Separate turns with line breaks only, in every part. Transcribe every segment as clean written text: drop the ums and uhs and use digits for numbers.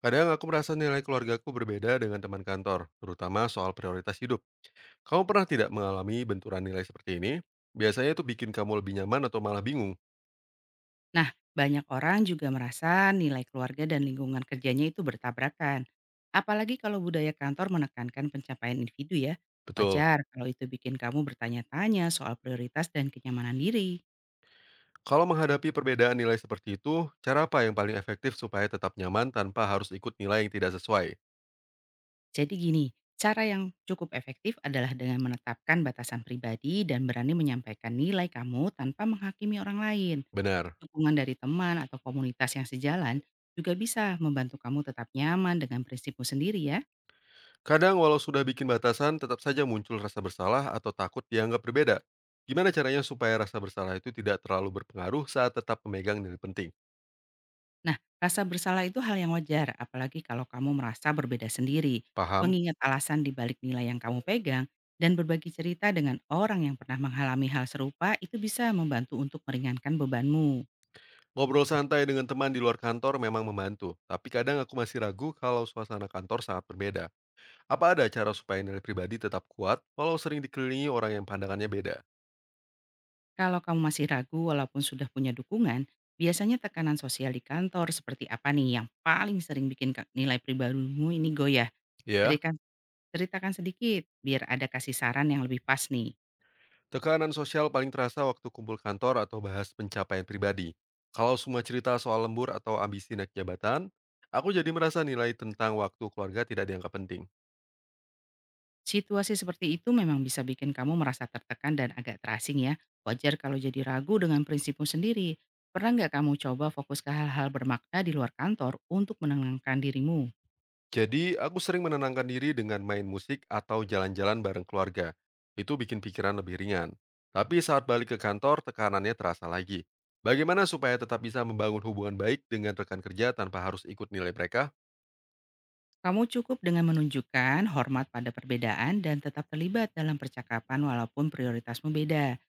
Kadang aku merasa nilai keluargaku berbeda dengan teman kantor, terutama soal prioritas hidup. Kamu pernah tidak mengalami benturan nilai seperti ini? Biasanya itu bikin kamu lebih nyaman atau malah bingung.
Nah, banyak orang juga merasa nilai keluarga dan lingkungan kerjanya itu bertabrakan. Apalagi kalau budaya kantor menekankan pencapaian individu ya.
Betul.
Wajar kalau itu bikin kamu bertanya-tanya soal prioritas dan kenyamanan diri.
Kalau menghadapi perbedaan nilai seperti itu, cara apa yang paling efektif supaya tetap nyaman tanpa harus ikut nilai yang tidak sesuai?
Jadi gini, cara yang cukup efektif adalah dengan menetapkan batasan pribadi dan berani menyampaikan nilai kamu tanpa menghakimi orang lain.
Benar.
Dukungan dari teman atau komunitas yang sejalan juga bisa membantu kamu tetap nyaman dengan prinsipmu sendiri ya.
Kadang walau sudah bikin batasan, tetap saja muncul rasa bersalah atau takut dianggap berbeda. Gimana caranya supaya rasa bersalah itu tidak terlalu berpengaruh saat tetap memegang nilai penting?
Nah, rasa bersalah itu hal yang wajar, apalagi kalau kamu merasa berbeda sendiri.
Paham?
Mengingat alasan di balik nilai yang kamu pegang dan berbagi cerita dengan orang yang pernah mengalami hal serupa itu bisa membantu untuk meringankan bebanmu.
Ngobrol santai dengan teman di luar kantor memang membantu, tapi kadang aku masih ragu kalau suasana kantor sangat berbeda. Apa ada cara supaya nilai pribadi tetap kuat walau sering dikelilingi orang yang pandangannya beda?
Kalau kamu masih ragu walaupun sudah punya dukungan, biasanya tekanan sosial di kantor seperti apa nih yang paling sering bikin nilai pribadimu ini goyah?
Ya,
Ceritakan, ceritakan, sedikit biar ada kasih saran yang lebih pas nih.
tekanan sosial paling terasa waktu kumpul kantor atau bahas pencapaian pribadi. Kalau semua cerita soal lembur atau ambisi naik jabatan, aku jadi merasa nilai tentang waktu keluarga tidak dianggap penting.
Situasi seperti itu memang bisa bikin kamu merasa tertekan dan agak terasing ya. Wajar kalau jadi ragu dengan prinsipmu sendiri. Pernah nggak kamu coba fokus ke hal-hal bermakna di luar kantor untuk menenangkan dirimu?
Jadi, aku sering menenangkan diri dengan main musik atau jalan-jalan bareng keluarga. Itu bikin pikiran lebih ringan. Tapi saat balik ke kantor, tekanannya terasa lagi. Bagaimana supaya tetap bisa membangun hubungan baik dengan rekan kerja tanpa harus ikut nilai mereka?
Kamu cukup dengan menunjukkan hormat pada perbedaan dan tetap terlibat dalam percakapan walaupun prioritasmu beda.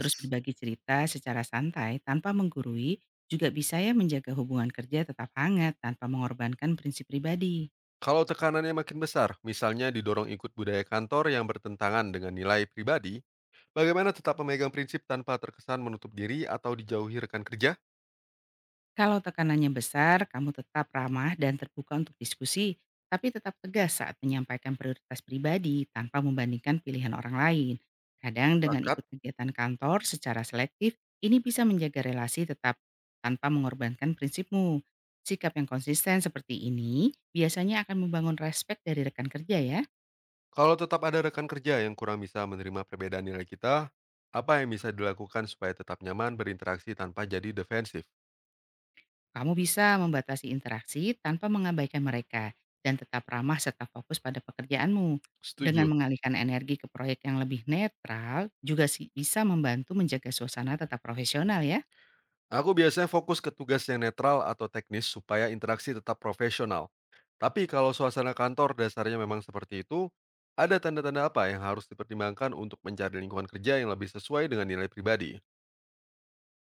Terus berbagi cerita secara santai tanpa menggurui juga bisa ya menjaga hubungan kerja tetap hangat tanpa mengorbankan prinsip pribadi.
Kalau tekanannya makin besar, misalnya didorong ikut budaya kantor yang bertentangan dengan nilai pribadi, bagaimana tetap memegang prinsip tanpa terkesan menutup diri atau dijauhi rekan kerja?
Kalau tekanannya besar, kamu tetap ramah dan terbuka untuk diskusi, tapi tetap tegas saat menyampaikan prioritas pribadi tanpa membandingkan pilihan orang lain. Kadang dengan
Pakat.
ikut kegiatan kantor secara selektif, ini bisa menjaga relasi tetap tanpa mengorbankan prinsipmu. Sikap yang konsisten seperti ini biasanya akan membangun respek dari rekan kerja ya.
Kalau tetap ada rekan kerja yang kurang bisa menerima perbedaan nilai kita, apa yang bisa dilakukan supaya tetap nyaman berinteraksi tanpa jadi defensif?
Kamu bisa membatasi interaksi tanpa mengabaikan mereka dan tetap ramah serta fokus pada pekerjaanmu.
Setuju.
Dengan mengalihkan energi ke proyek yang lebih netral juga si bisa membantu menjaga suasana tetap profesional ya.
Aku biasanya fokus ke tugas yang netral atau teknis supaya interaksi tetap profesional. Tapi kalau suasana kantor dasarnya memang seperti itu, ada tanda-tanda apa yang harus dipertimbangkan untuk mencari lingkungan kerja yang lebih sesuai dengan nilai pribadi?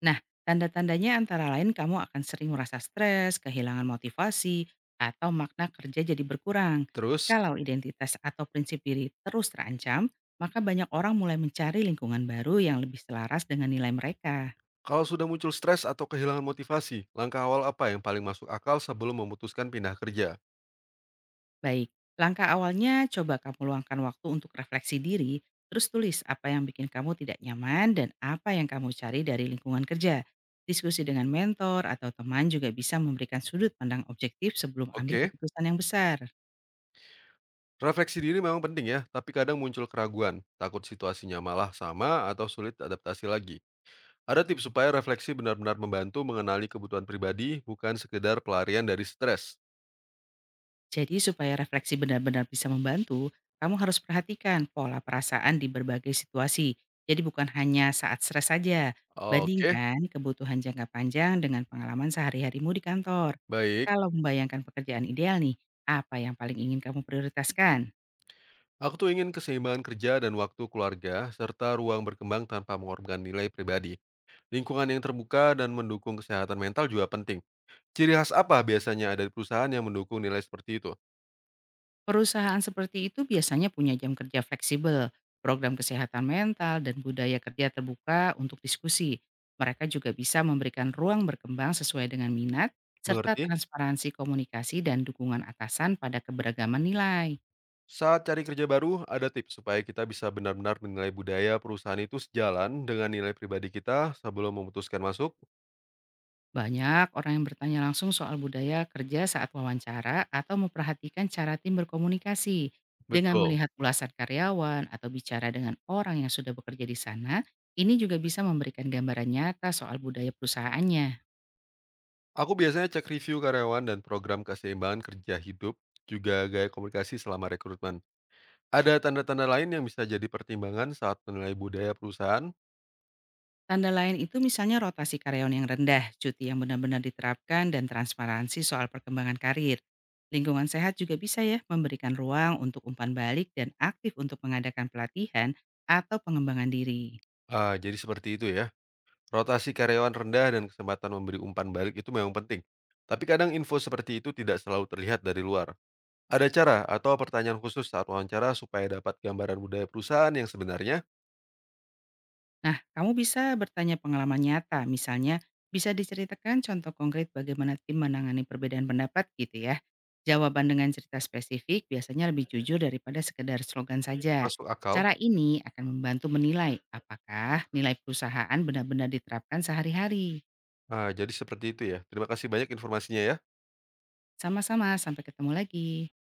Nah, tanda-tandanya antara lain kamu akan sering merasa stres, kehilangan motivasi, atau makna kerja jadi berkurang.
Terus,
Kalau identitas atau prinsip diri terus terancam, maka banyak orang mulai mencari lingkungan baru yang lebih selaras dengan nilai mereka.
kalau sudah muncul stres atau kehilangan motivasi, langkah awal apa yang paling masuk akal sebelum memutuskan pindah kerja?
Baik, langkah awalnya coba kamu luangkan waktu untuk refleksi diri, terus tulis apa yang bikin kamu tidak nyaman dan apa yang kamu cari dari lingkungan kerja. Diskusi dengan mentor atau teman juga bisa memberikan sudut pandang objektif sebelum ambil
Oke.
keputusan yang besar.
Refleksi diri memang penting ya, tapi kadang muncul keraguan, takut situasinya malah sama atau sulit adaptasi lagi. Ada tips supaya refleksi benar-benar membantu mengenali kebutuhan pribadi, bukan sekedar pelarian dari stres.
Jadi, supaya refleksi benar-benar bisa membantu, kamu harus perhatikan pola perasaan di berbagai situasi. Jadi, bukan hanya saat stres saja.
Oke,
Bandingkan kebutuhan jangka panjang dengan pengalaman sehari-harimu di kantor.
baik.
Kalau membayangkan pekerjaan ideal nih, apa yang paling ingin kamu prioritaskan?
Aku tuh ingin keseimbangan kerja dan waktu keluarga, serta ruang berkembang tanpa mengorbankan nilai pribadi. Lingkungan yang terbuka dan mendukung kesehatan mental juga penting. Ciri khas apa biasanya ada di perusahaan yang mendukung nilai seperti itu?
Perusahaan seperti itu biasanya punya jam kerja fleksibel, program kesehatan mental, dan budaya kerja terbuka untuk diskusi. Mereka juga bisa memberikan ruang berkembang sesuai dengan minat, serta
Mengerti?
transparansi komunikasi dan dukungan atasan pada keberagaman nilai.
Saat cari kerja baru, ada tips supaya kita bisa benar-benar menilai budaya perusahaan itu sejalan dengan nilai pribadi kita sebelum memutuskan masuk.
Banyak orang yang bertanya langsung soal budaya kerja saat wawancara atau memperhatikan cara tim berkomunikasi. Dengan
Betul.
melihat ulasan karyawan atau bicara dengan orang yang sudah bekerja di sana, ini juga bisa memberikan gambaran nyata soal budaya perusahaannya.
Aku biasanya cek review karyawan dan program keseimbangan kerja hidup, juga gaya komunikasi selama rekrutmen. Ada tanda-tanda lain yang bisa jadi pertimbangan saat menilai budaya perusahaan?
Tanda lain itu misalnya rotasi karyawan yang rendah, cuti yang benar-benar diterapkan, dan transparansi soal perkembangan karir. Lingkungan sehat juga bisa ya memberikan ruang untuk umpan balik dan aktif untuk mengadakan pelatihan atau pengembangan diri.
Ah, jadi seperti itu ya. Rotasi karyawan rendah dan kesempatan memberi umpan balik itu memang penting. Tapi kadang info seperti itu tidak selalu terlihat dari luar. Ada cara atau pertanyaan khusus saat wawancara supaya dapat gambaran budaya perusahaan yang sebenarnya
Nah, kamu bisa bertanya pengalaman nyata, misalnya, bisa diceritakan contoh konkret bagaimana tim menangani perbedaan pendapat gitu ya. Jawaban dengan cerita spesifik biasanya lebih jujur daripada sekedar slogan saja.
masuk akal?
Cara ini akan membantu menilai apakah nilai perusahaan benar-benar diterapkan sehari-hari.
Ah, jadi seperti itu ya. Terima kasih banyak informasinya ya.
Sama-sama, sampai ketemu lagi.